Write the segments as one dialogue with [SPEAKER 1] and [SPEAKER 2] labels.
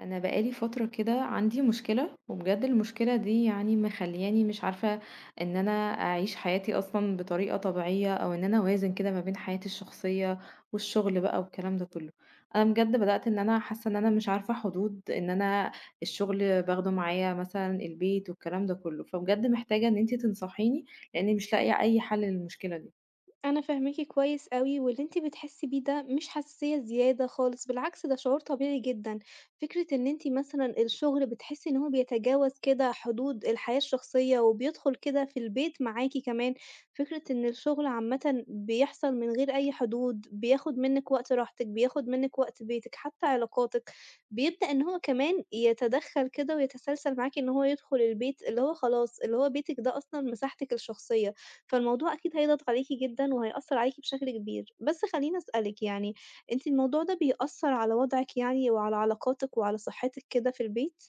[SPEAKER 1] انا بقالي فتره كده عندي مشكله وبجد المشكله دي يعني مخلياني مش عارفه ان انا اعيش حياتي اصلا بطريقه طبيعيه او ان انا اوازن كده ما بين حياتي الشخصيه والشغل بقى والكلام ده كله، انا بجد بدات ان انا حاسه ان انا مش عارفه حدود ان انا الشغل باخده معايا مثلا البيت والكلام ده كله، فبجد محتاجه ان انتي تنصحيني لاني مش لاقيه اي حل للمشكله دي.
[SPEAKER 2] أنا فاهماكِ كويس أوي، واللي أنتِ بتحسّي بيه ده مش حساسية زيادة خالص، بالعكس ده شعور طبيعي جدًا. فكرة إن أنتِ مثلًا الشغل بتحسّي إن هو بيتجاوز كده حدود الحياة الشخصية وبيدخل كده في البيت معاكِ كمان، فكرة إن الشغل عامةً بيحصل من غير أي حدود، بياخد منِّك وقت راحتِك، بياخد منِّك وقت بيتِك، حتى علاقاتِك، بيبدأ إن هو كمان يتدخّل كده ويتسلسل معاكِ إن هو يدخل البيت، اللي هو خلاص اللي هو بيتِك ده أصلًا مساحتِك الشخصية. فالموضوع أكيد هيضغط عليكِ جدًا وهيأثّر عليكِ بشكل كبير. بس خلّيني أسألِك يعني، أنتِ الموضوع ده بيأثّر على وضعِك يعني وعلى علاقاتِك وعلى صحتِك كده في البيت؟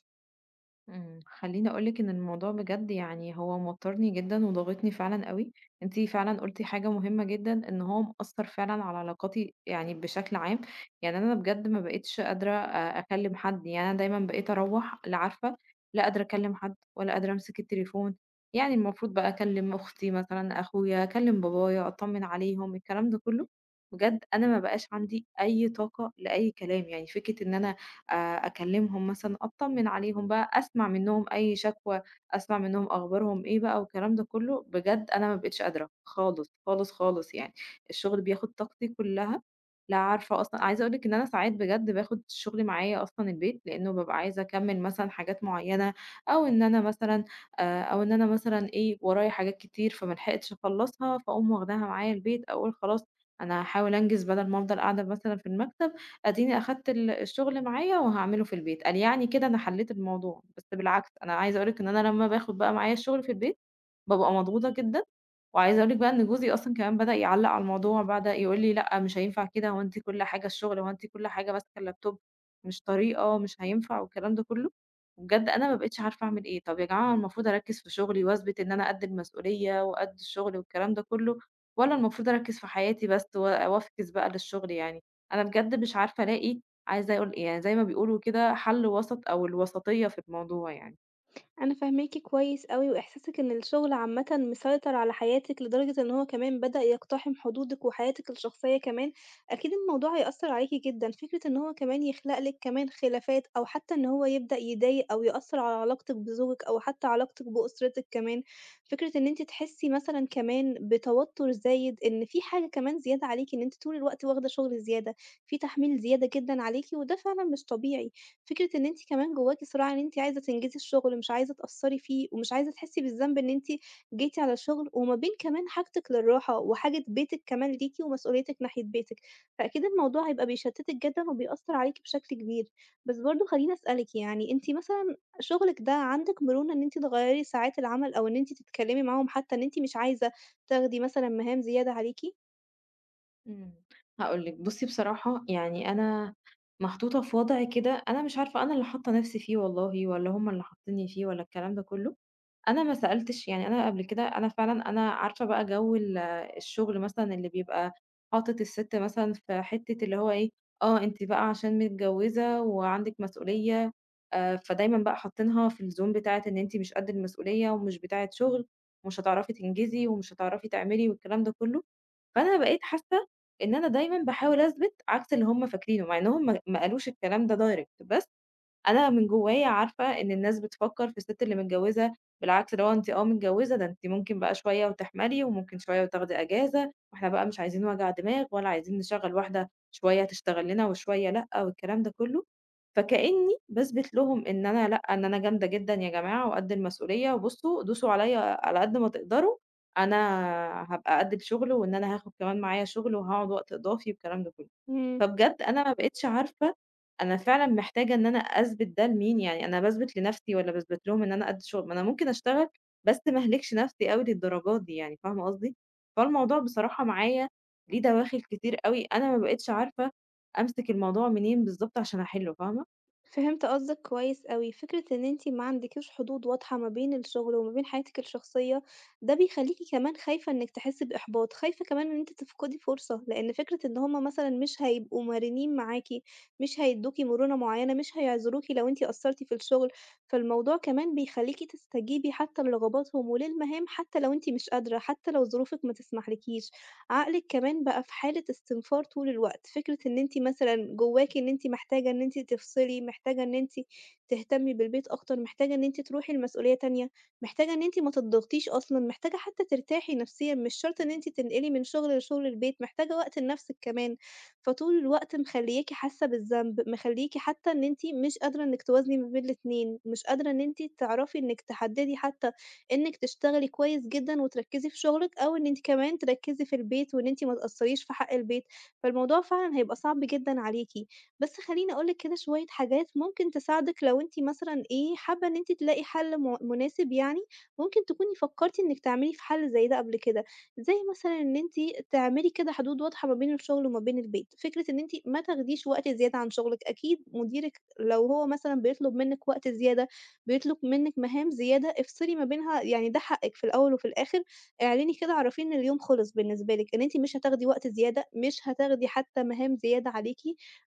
[SPEAKER 1] خلّيني أقول لِك إن الموضوع بجد يعني هو موتّرني جدًا وضاغطني فعلًا أوي، أنتِ فعلًا قُلتِ حاجة مهمة جدًا، إن هو مأثّر فعلًا على علاقاتي يعني بشكل عام، يعني أنا بجد ما بقيتش قادرة أكلّم حد، يعني أنا دايمًا بقيت أروّح لا عارفة لا قادرة أكلّم حد ولا قادرة أمسك التليفون، يعني المفروض بقى أكلّم أختي مثلًا، أخويا، أكلّم بابايا، أطمّن عليهم، الكلام ده كلّه، بجد أنا ما بقاش عندي أي طاقة لأي كلام، يعني فكرة إن أنا آآ أكلمهم مثلًا، أطمن عليهم بقى، أسمع منهم أي شكوى، أسمع منهم أخبارهم إيه بقى والكلام ده كله، بجد أنا ما بقيتش قادرة خالص، خالص، خالص يعني، الشغل بياخد طاقتي كلها، لا عارفة أصلًا عايزة أقول لِك إن أنا ساعات بجد باخد الشغل معايا أصلًا البيت، لإنه بابقى عايزة أكمل مثلًا حاجات معينة، أو إن أنا مثلًا أو إن أنا مثلًا إيه، ورايا حاجات كتير فما لحقتش أخلصها، فاقوم واخداها معايا البيت، أقول خلاص أنا هاحاول أنجز بدل ما أفضل قاعدة مثلًا في المكتب. أديني أخدت الشغل معايا وهاعمله في البيت، قال يعني كده أنا حليت الموضوع، بس بالعكس أنا عايزة أقول لِك إن أنا لمّا باخد بقى معايا الشغل في البيت، بابقى مضغوطة جدًا، وعايزة أقول لِك بقى إن جوزي أصلًا كمان بدأ يعلّق على الموضوع، بدأ يقول لي: "لأ مش هينفع كده، هو أنتِ كل حاجة الشغل، هو أنتِ كل حاجة ماسكة اللابتوب، مش طريقة، مش هينفع." والكلام ده كله، وبجد أنا ما بقيتش عارفة أعمل إيه، طب يا جماعة أنا المفروض أركّز في شغلي وأثبت إن أنا قد المسؤولية وقد الشغل والكلام ده كله، والّا المفروض أركّز في حياتي بس وافكس بقى للشغل يعني؟ أنا بجد مش عارفة ألاقي عايزة أقول ايه يعني زي ما بيقولوا كده حل وسط أو الوسطية في الموضوع يعني.
[SPEAKER 2] أنا فاهماكِ كويس أوي، وإحساسِك إن الشغل عامةً مسيطر على حياتِك لدرجة إن هو كمان بدأ يقتحم حدودِك وحياتِك الشخصية كمان، أكيد الموضوع هيأثّر عليكِ جدًا. فكرة إن هو كمان يخلق لِك كمان خلافات أو حتى إن هو يبدأ يضايق أو يأثّر على علاقتِك بزوجِك أو حتى علاقتِك بأسرتِك كمان، فكرة إن أنتِ تحسّي مثلًا كمان بتوتر زايد، إن في حاجة كمان زيادة عليكِ، إن أنتِ طول الوقت واخدة شغل زيادة، في تحميل زيادة جدًا عليكِ، وده فعلًا مش طبيعي. فكرة إن أنتِ كمان جواكِ صراع إن أنتِ عايزة تنجزي الشغل، مش عايزة تقصّري فيه، ومش عايزة تحسّي بالذنب إن أنتِ جيتِ على الشغل، وما بين كمان حاجتِك للراحة، وحاجة بيتِك كمان ليكِ، ومسؤوليتِك ناحية بيتِك، فأكيد الموضوع هيبقى بيشتتِك جدًا وبيأثّر عليكِ بشكل كبير. بس برضه خلّيني أسألِك يعني أنتِ مثلًا شغلِك ده عندِك مرونة إن أنتِ تغيّري ساعات العمل، أو إن أنتِ تتكلمي معاهم حتى إن أنتِ مش عايزة تاخدي مثلًا مهام زيادة عليكِ؟
[SPEAKER 1] إمم، هاقول لِك بُصّي بصراحة يعني أنا محطوطة في وضع كده أنا مش عارفة أنا اللي حاطة نفسي فيه والله والّا هُم اللي حاطينّي فيه والّا الكلام ده كلّه. أنا ما سألتش، يعني أنا قبل كده أنا فعلًا أنا عارفة بقى جو ال الشغل مثلًا اللي بيبقى حاطط السِت مثلًا في حتّة اللي هو إيه، آه أنتِ بقى عشان متجوّزة وعندِك مسؤولية، فدايمًا بقى حاطينها في الzone بتاعة إن أنتِ مش قد المسؤولية ومش بتاعة شغل، ومش هتعرفي تنجزي ومش هتعرفي تعملي والكلام ده كُلّه، فأنا بقيت حاسة إن أنا دايمًا باحاول أثبت عكس اللي هُم فاكرينه، مع إنهم ما قالوش الكلام ده direct بس أنا من جوايا عارفة إن الناس بتفكّر في الست اللي متجوّزة بالعكس، اللي هو أنتِ آه متجوّزة، ده أنتِ ممكن بقى شوية وتحملي، وممكن شوية وتاخدي أجازة، وإحنا بقى مش عايزين وجع دماغ، ولا عايزين نشغّل واحدة شوية تشتغل لنا وشوية لأ، والكلام ده كلّه. فكإنّي باثبت لهم إن أنا لأ، إن أنا جامدة جدًا يا جماعة وقد المسؤولية، وبُصّوا دوسوا عليّا على قد ما تقدروا، أنا هابقى قد الشغل، وإن أنا هاخد كمان معايا شغل، وهاقعد وقت إضافي والكلام ده كلّه.
[SPEAKER 2] إمم.
[SPEAKER 1] فبجد أنا ما بقيتش عارفة أنا فعلًا محتاجة إن أنا أثبت ده لمين، يعني أنا باثبت لنفسي والّا باثبت لهم إن أنا قد الشغل؟ ما أنا ممكن أشتغل بس ما اهلكش نفسي أوي للدرجة دي يعني، فاهمة قصدي؟ فالموضوع بصراحة معايا ليه دواخل كتير أوي، أنا ما بقيتش عارفة أمسك الموضوع منين بالضبط عشان أحلّه، فاهمة؟
[SPEAKER 2] فهمت قصدِك كويس أوي، فكرة إن أنتِ ما عندكيش حدود واضحة ما بين الشغل وما بين حياتِك الشخصية، ده بيخلّيكِ كمان خايفة إنِّك تحسّي بإحباط، خايفة كمان إن أنتِ تفقدي فرصة، لإن فكرة إن هُم مثلًا مش هيبقوا مرنين معاكِ، مش هيدّوكِ مرونة معيّنة، مش هيعذروكِ لو أنتِ قصّرتِ في الشغل، فالموضوع كمان بيخلّيكِ تستجيبي حتى لرغباتهم وللمهام حتى لو أنتِ مش قادرة، حتى لو ظروفِك ما تسمحلكيش. عقلِك كمان بقى في حالة استنفار طول الوقت، فكرة إن أنتِ مثلًا جواكِ إن أنتِ محتاجة إن أنتِ تفصلي، محتاجة إن أنتِ تهتمي بالبيت أكتر، محتاجة إن أنتِ تروحي لمسؤولية تانية، محتاجة إن أنتِ ما تضغطيش أصلًا، محتاجة حتى ترتاحي نفسيًا، مش شرط إن أنتِ تنقلي من شغل لشغل البيت، محتاجة وقت لنفسِك كمان، فطول الوقت مخلياكِ حاسة بالذنب، مخليكِ حتى إن أنتِ مش قادرة إنِك توازني ما بين الاتنين، مش قادرة إن أنتِ تعرفي إنِك تحددي حتى إنِّك تشتغلي كويس جدًا وتركّزي في شغلِك، أو إن أنتِ كمان تركّزي في البيت وإن أنتِ ما تقصّريش في حق البيت، فالموضوع فعلًا هيبقى صعب جدًا عليكِ. بس خلّيني أقول لِك كده شوية حاجات ممكن تساعدِك لو أنتِ مثلًا إيه، حابة إن أنتِ تلاقي حَل مناسب يعني، ممكن تكوني فكّرتِ إنِّك تعملي في حَل زي ده قبل كده، زي مثلًا إن أنتِ تعملي كده حدود واضحة ما بين الشغل وما بين البيت، فكرة إن أنتِ ما تاخديش وقت زيادة عن شغلِك، أكيد مديرِك لو هو مثلًا بيطلب منِّك وقت زيادة، بيطلب منِّك مهام زيادة، افصلي ما بينها، يعني ده حقِّك في الأول وفي الآخر، اعلني كده اعرفيه إن اليوم خلص بالنسبة لِك، إن أنتِ مش هتاخدي وقت زيادة، مش هتاخدي حتى مهام زيادة عليكِ،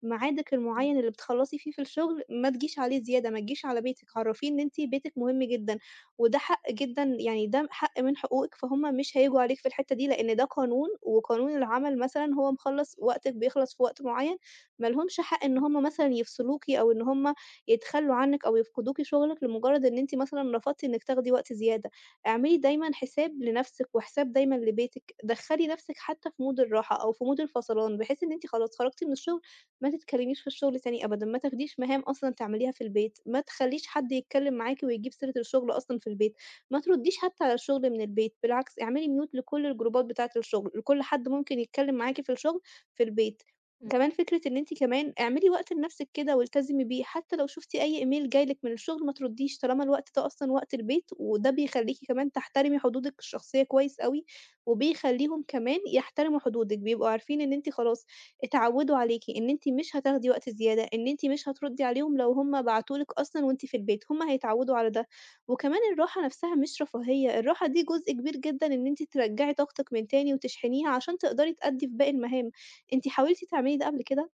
[SPEAKER 2] ميعادِك
[SPEAKER 1] إمم،
[SPEAKER 2] المعيّن اللي بتخلّصي فيه في الشغل ما تجيش عليه زيادة، ما تجيش على بيتِك، عرّفيه إن أنتِ بيتِك مهم جدًا، وده حق جدًا يعني ده حق من حقوقِك، فهُم مش هييجوا عليكِ في الحتّة دي، لإن ده قانون، وقانون العمل مثلًا هو مخلّص وقتِك بيخلص في وقت معيّن، ما لهمش حق إن هُم مثلًا يفصلوكِ أو إن هُم يتخلّوا عنِّك أو يفقدوكِ شغلِك لمجرد إن أنتِ مثلًا رفضتِ إنِّك تاخدي وقت زيادة، اعملي دايمًا حساب لنفسِك وحساب دايمًا لبيتِك، دخّلي نفسِك حتى في mood الراحة أو في mood الفصلان، بحيث إن أنتِ خلاص خرجتِ من الشغل ما تتكلميش في الشغل تاني أبدًا، ما تاخديش مهام أصلًا تعمليها في البيت، ما تخلّيش حد يتكلم معاكِ ويجيب سيرة الشغل أصلًا في البيت، ما ترديش حتى على الشغل من البيت، بالعكس اعملي mute لكل الجروبات بتاعة الشغل، لكل حد ممكن يتكلم معاكِ في الشغل في البيت.
[SPEAKER 1] إمم.
[SPEAKER 2] كمان فكرة إن أنتِ كمان اعملي وقت لنفسِك كده والتزمي بيه، حتى لو شُفتِ أي إيميل جاي لِك من الشغل ما تردّيش، طالما الوقت ده أصلًا وقت البيت، وده بيخلّيكِ كمان تحترمي حدودِك الشخصية كويس أوي، وبيخلّيهم كمان يحترموا حدودِك، بيبقوا عارفين إن أنتِ خلاص اتعوّدوا عليكِ، إن أنتِ مش هتاخدي وقت زيادة، إن أنتِ مش هتردّي عليهم لو هُم بعتوا لِك أصلًا وأنتِ في البيت، هُم هيتعوّدوا على ده. وكمان الراحة نفسها مش رفاهية، الراحة دي جزء كبير جدًا إن أنتِ ترجّعي طاقتِك من تاني وتشحنيها عشان تقدري تأدّي في باقي المهام. أنتِ حاولتِ تعملي ده قبل كده؟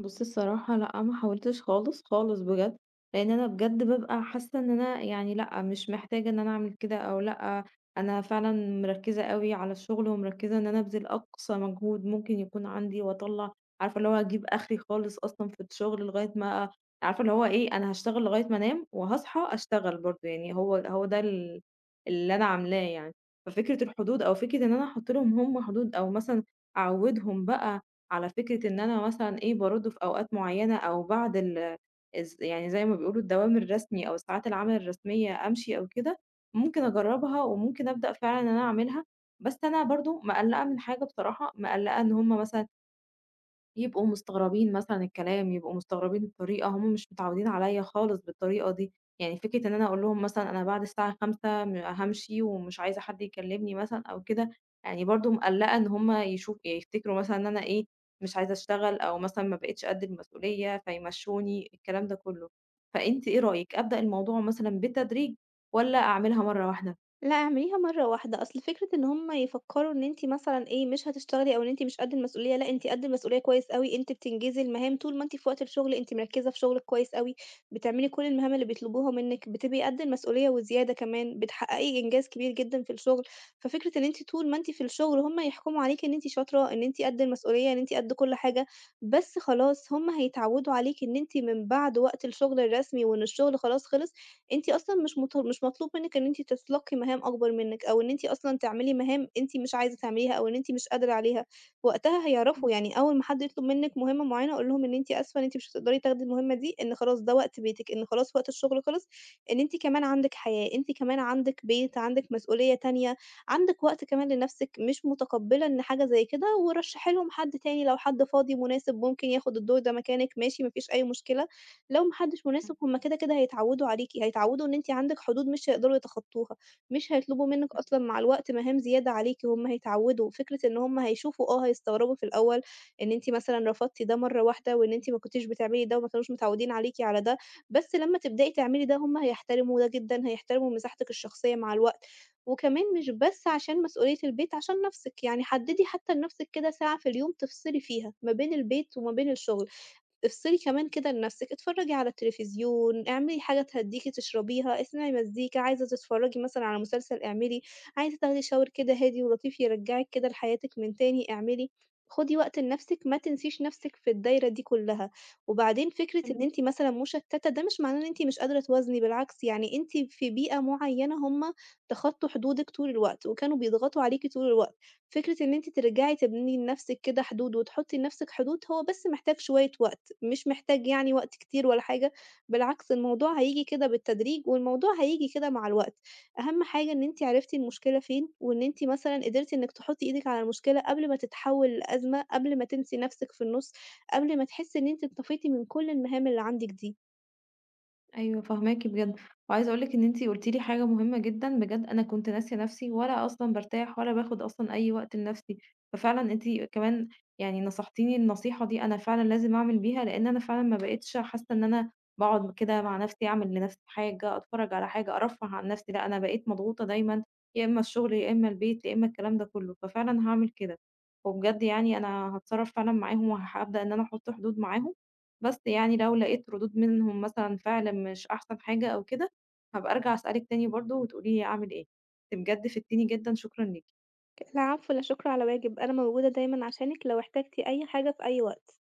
[SPEAKER 1] بُصّي الصراحة لأ، ما حاولتش خالص، خالص بجد، لإن أنا بجد بابقى حاسة إن أنا يعني لأ، مش محتاجة إن أنا أعمل كده أو لأ، أنا فعلًا مركّزة أوي على الشغل ومركّزة إن أنا أبذل أقصى مجهود ممكن يكون عندي وأطلّع عارفة اللي هو أجيب آخري خالص أصلًا في الشغل لغاية ما عارفة اللي هو إيه، أنا هاشتغل لغاية ما أنام وهاصحى أشتغل برضه، يعني هو ده اللي أنا عاملاه يعني. ففكرة الحدود أو فكرة إن أنا أحُط لهم هم حدود أو مثلًا أعوّدهم بقى على فكرة إن أنا مثلًا إيه، بارُدّ في أوقات معيّنة أو بعد ال الز يعني زي ما بيقولوا الدوام الرسمي أو ساعات العمل الرسمية أمشي أو كده، ممكن أجرّبها وممكن أبدأ فعلًا إن أنا أعملها، بس أنا برضه مقلّقة من حاجة بصراحة، مقلّقة إن هُم مثلًا يبقوا مستغربين مثلًا الكلام، يبقوا مستغربين الطريقة، هم مش متعودين عليَّ خالص بالطريقة دي، يعني فكرة إن أنا أقول لهم مثلًا أنا بعد الساعة 17:00 م هامشي ومش عايزة حد يكلمني مثلًا أو كده، يعني برضه مقلقة إن هم يشوف يفتكروا مثلًا إن أنا إيه، مش عايزة أشتغل أو مثلًا ما بقيتش قد المسؤولية فيمشوني، الكلام ده كله. فأنتِ إيه رأيك، أبدأ الموضوع مثلًا بالتدريج والّا أعملها مرة واحدة؟
[SPEAKER 2] لأ اعمليها مرّة واحدة، أصل فكرة إن هُم يفكّروا إن أنتِ مثلًا إيه، مش هتشتغلي أو إن أنتِ مش قد المسؤولية، لأ أنتِ قد المسؤولية كويس أوي، أنتِ بتنجزي المهام طول ما أنتِ في وقت الشغل أنتِ مركّزة في شغلِك كويس أوي، بتعملي كل المهام اللي بيطلبوها منِّك، بتبقي قد المسؤولية وزيادة كمان، بتحققي إنجاز كبير جدًا في الشغل، ففكرة إن أنتِ طول ما أنتِ في الشغل هُم يحكموا عليكِ إن أنتِ شاطرة، إن أنتِ قد المسؤولية، إن أنتِ قد كل حاجة، بس خلاص هُم هيتعوّدوا عليكِ إن أنتِ من بعد وقت الشغل الرسمي وإن الشغل خلاص خلص أنتِ أصلًا مش مطلوب منِّك إن أنتِ تتلقي مهام أكبر منِّك، أو إن أنتِ أصلًا تعملي مهام أنتِ مش عايزة تعمليها، أو إن أنتِ مش قادرة عليها، وقتها هيعرفوا يعني أول ما حد يطلب منِّك مهمة معينة قولي لهم إن أنتِ آسفة إن أنتِ مش هتقدري تاخدي المهمة دي، إن خلاص ده وقت بيتِك، إن خلاص وقت الشغل خلص، إن أنتِ كمان عندِك حياة، أنتِ كمان عندِك بيت، عندِك مسؤولية تانية، عندِك وقت كمان لنفسِك، مش متقبلة إن حاجة زي كده، ورشحي لهم حد تاني لو حد فاضي مناسب ممكن ياخد الدور ده مكانِك، ماشي ما فيش أي مشكلة. لو ما حدش مناسب هم كده، كده هيتعوّدوا عليكِ، هيتعوّدوا إن أنتِ عندِك حدود مش هيقدروا يتخطّوها، مش هيطلبوا منِّك أصلًا مع الوقت مهام زيادة عليكِ، هم هيتعوّدوا، فكرة إن هم هيشوفوا آه، هيستغربوا في الأول إن أنتِ مثلًا رفضتِ ده مرّة واحدة وإن أنتِ ما كنتيش بتعملي ده وما كانوش متعوّدين عليكِ على ده، بس لمّا تبدئي تعملي ده هم هيحترموا ده جدًا، هيحترموا مساحتِك الشخصية مع الوقت، وكمان مش بس عشان مسؤولية البيت، عشان نَفْسِك، يعني حدّدي حتى لنَفْسِك كده ساعة في اليوم تفصلي فيها ما بين البيت وما بين الشغل، افصلي كمان كده لنفسِك، اتفرّجي على التلفزيون، اعملي حاجة تهدّيكِ تشربيها، اسمعي مزيكا، عايزة تتفرّجي مثلًا على مسلسل اعملي، عايزة تاخدي shower كده هادي ولطيف يرجّعِك كده لحياتِك من تاني اعملي، خُدي وقت لنفسِك، ما تنسيش نفسِك في الدايرة دي كلّها. وبعدين فكرة
[SPEAKER 1] إمم.
[SPEAKER 2] إن أنتِ مثلًا مُشتّتة ده مش معناه إن أنتِ مش قادرة توازني، بالعكس يعني أنتِ في بيئة معيّنة هُم تخطّوا حدودِك طول الوقت، وكانوا بيضغطوا عليكِ طول الوقت. فكرة إن أنتِ ترجعي تبني لنفسِك كده حدود وتحطّي لنفسِك حدود، هو بس محتاج شوية وقت، مش محتاج يعني وقت كتير ولا حاجة، بالعكس الموضوع هييجي كده بالتدريج، والموضوع هييجي كده مع الوقت. أهم حاجة إن أنتِ عرفتِ المشكلة فين، وإن أنتِ مثلًا قدرتِ إنِّك تحطّي إيدِك على المشكلة قبل ما تتحول لأزمة، قبل ما تنسي نفسِك في النُص، قبل ما تحسّي إن أنتِ انطفيتِ من كل المهام اللي عندِك دي.
[SPEAKER 1] أيوه فاهماكِ بجد، وعايزة أقول لِك إن أنتِ قُلتِ لي حاجة مهمة جدًا، بجد أنا كنت ناسية نفسي ولا أصلًا بارتاح ولا باخد أصلًا أي وقت لنفسي، ففعلًا أنتِ كمان يعني نصحتيني النصيحة دي أنا فعلًا لازم أعمل بيها، لإن أنا فعلًا ما بقيتش حاسة إن أنا باقعد كده مع نفسي أعمل لنفسي حاجة، أتفرج على حاجة، أرفّه عن نفسي، لأ أنا بقيت مضغوطة دايمًا يا إما الشغل يا إما البيت يا إما الكلام ده كله، ففعلًا هاعمل كده، وبجد يعني أنا هاتصرّف فعلًا معاهم وهابدأ إن أنا أحط حدود معاهم. بس يعني لو لقيت ردود منهم مثلًا فعل مش أحسن حاجة أو كده، هابقى أرجع أسألِك تاني برضه وتقولي لي أعمل إيه. أنتِ بجد فدتيني جدًا، شكرًا ليكِ.
[SPEAKER 2] العفو، لا شكر على واجب، أنا موجودة دايمًا عشانِك لو احتجتِ أي حاجة في أي وقت.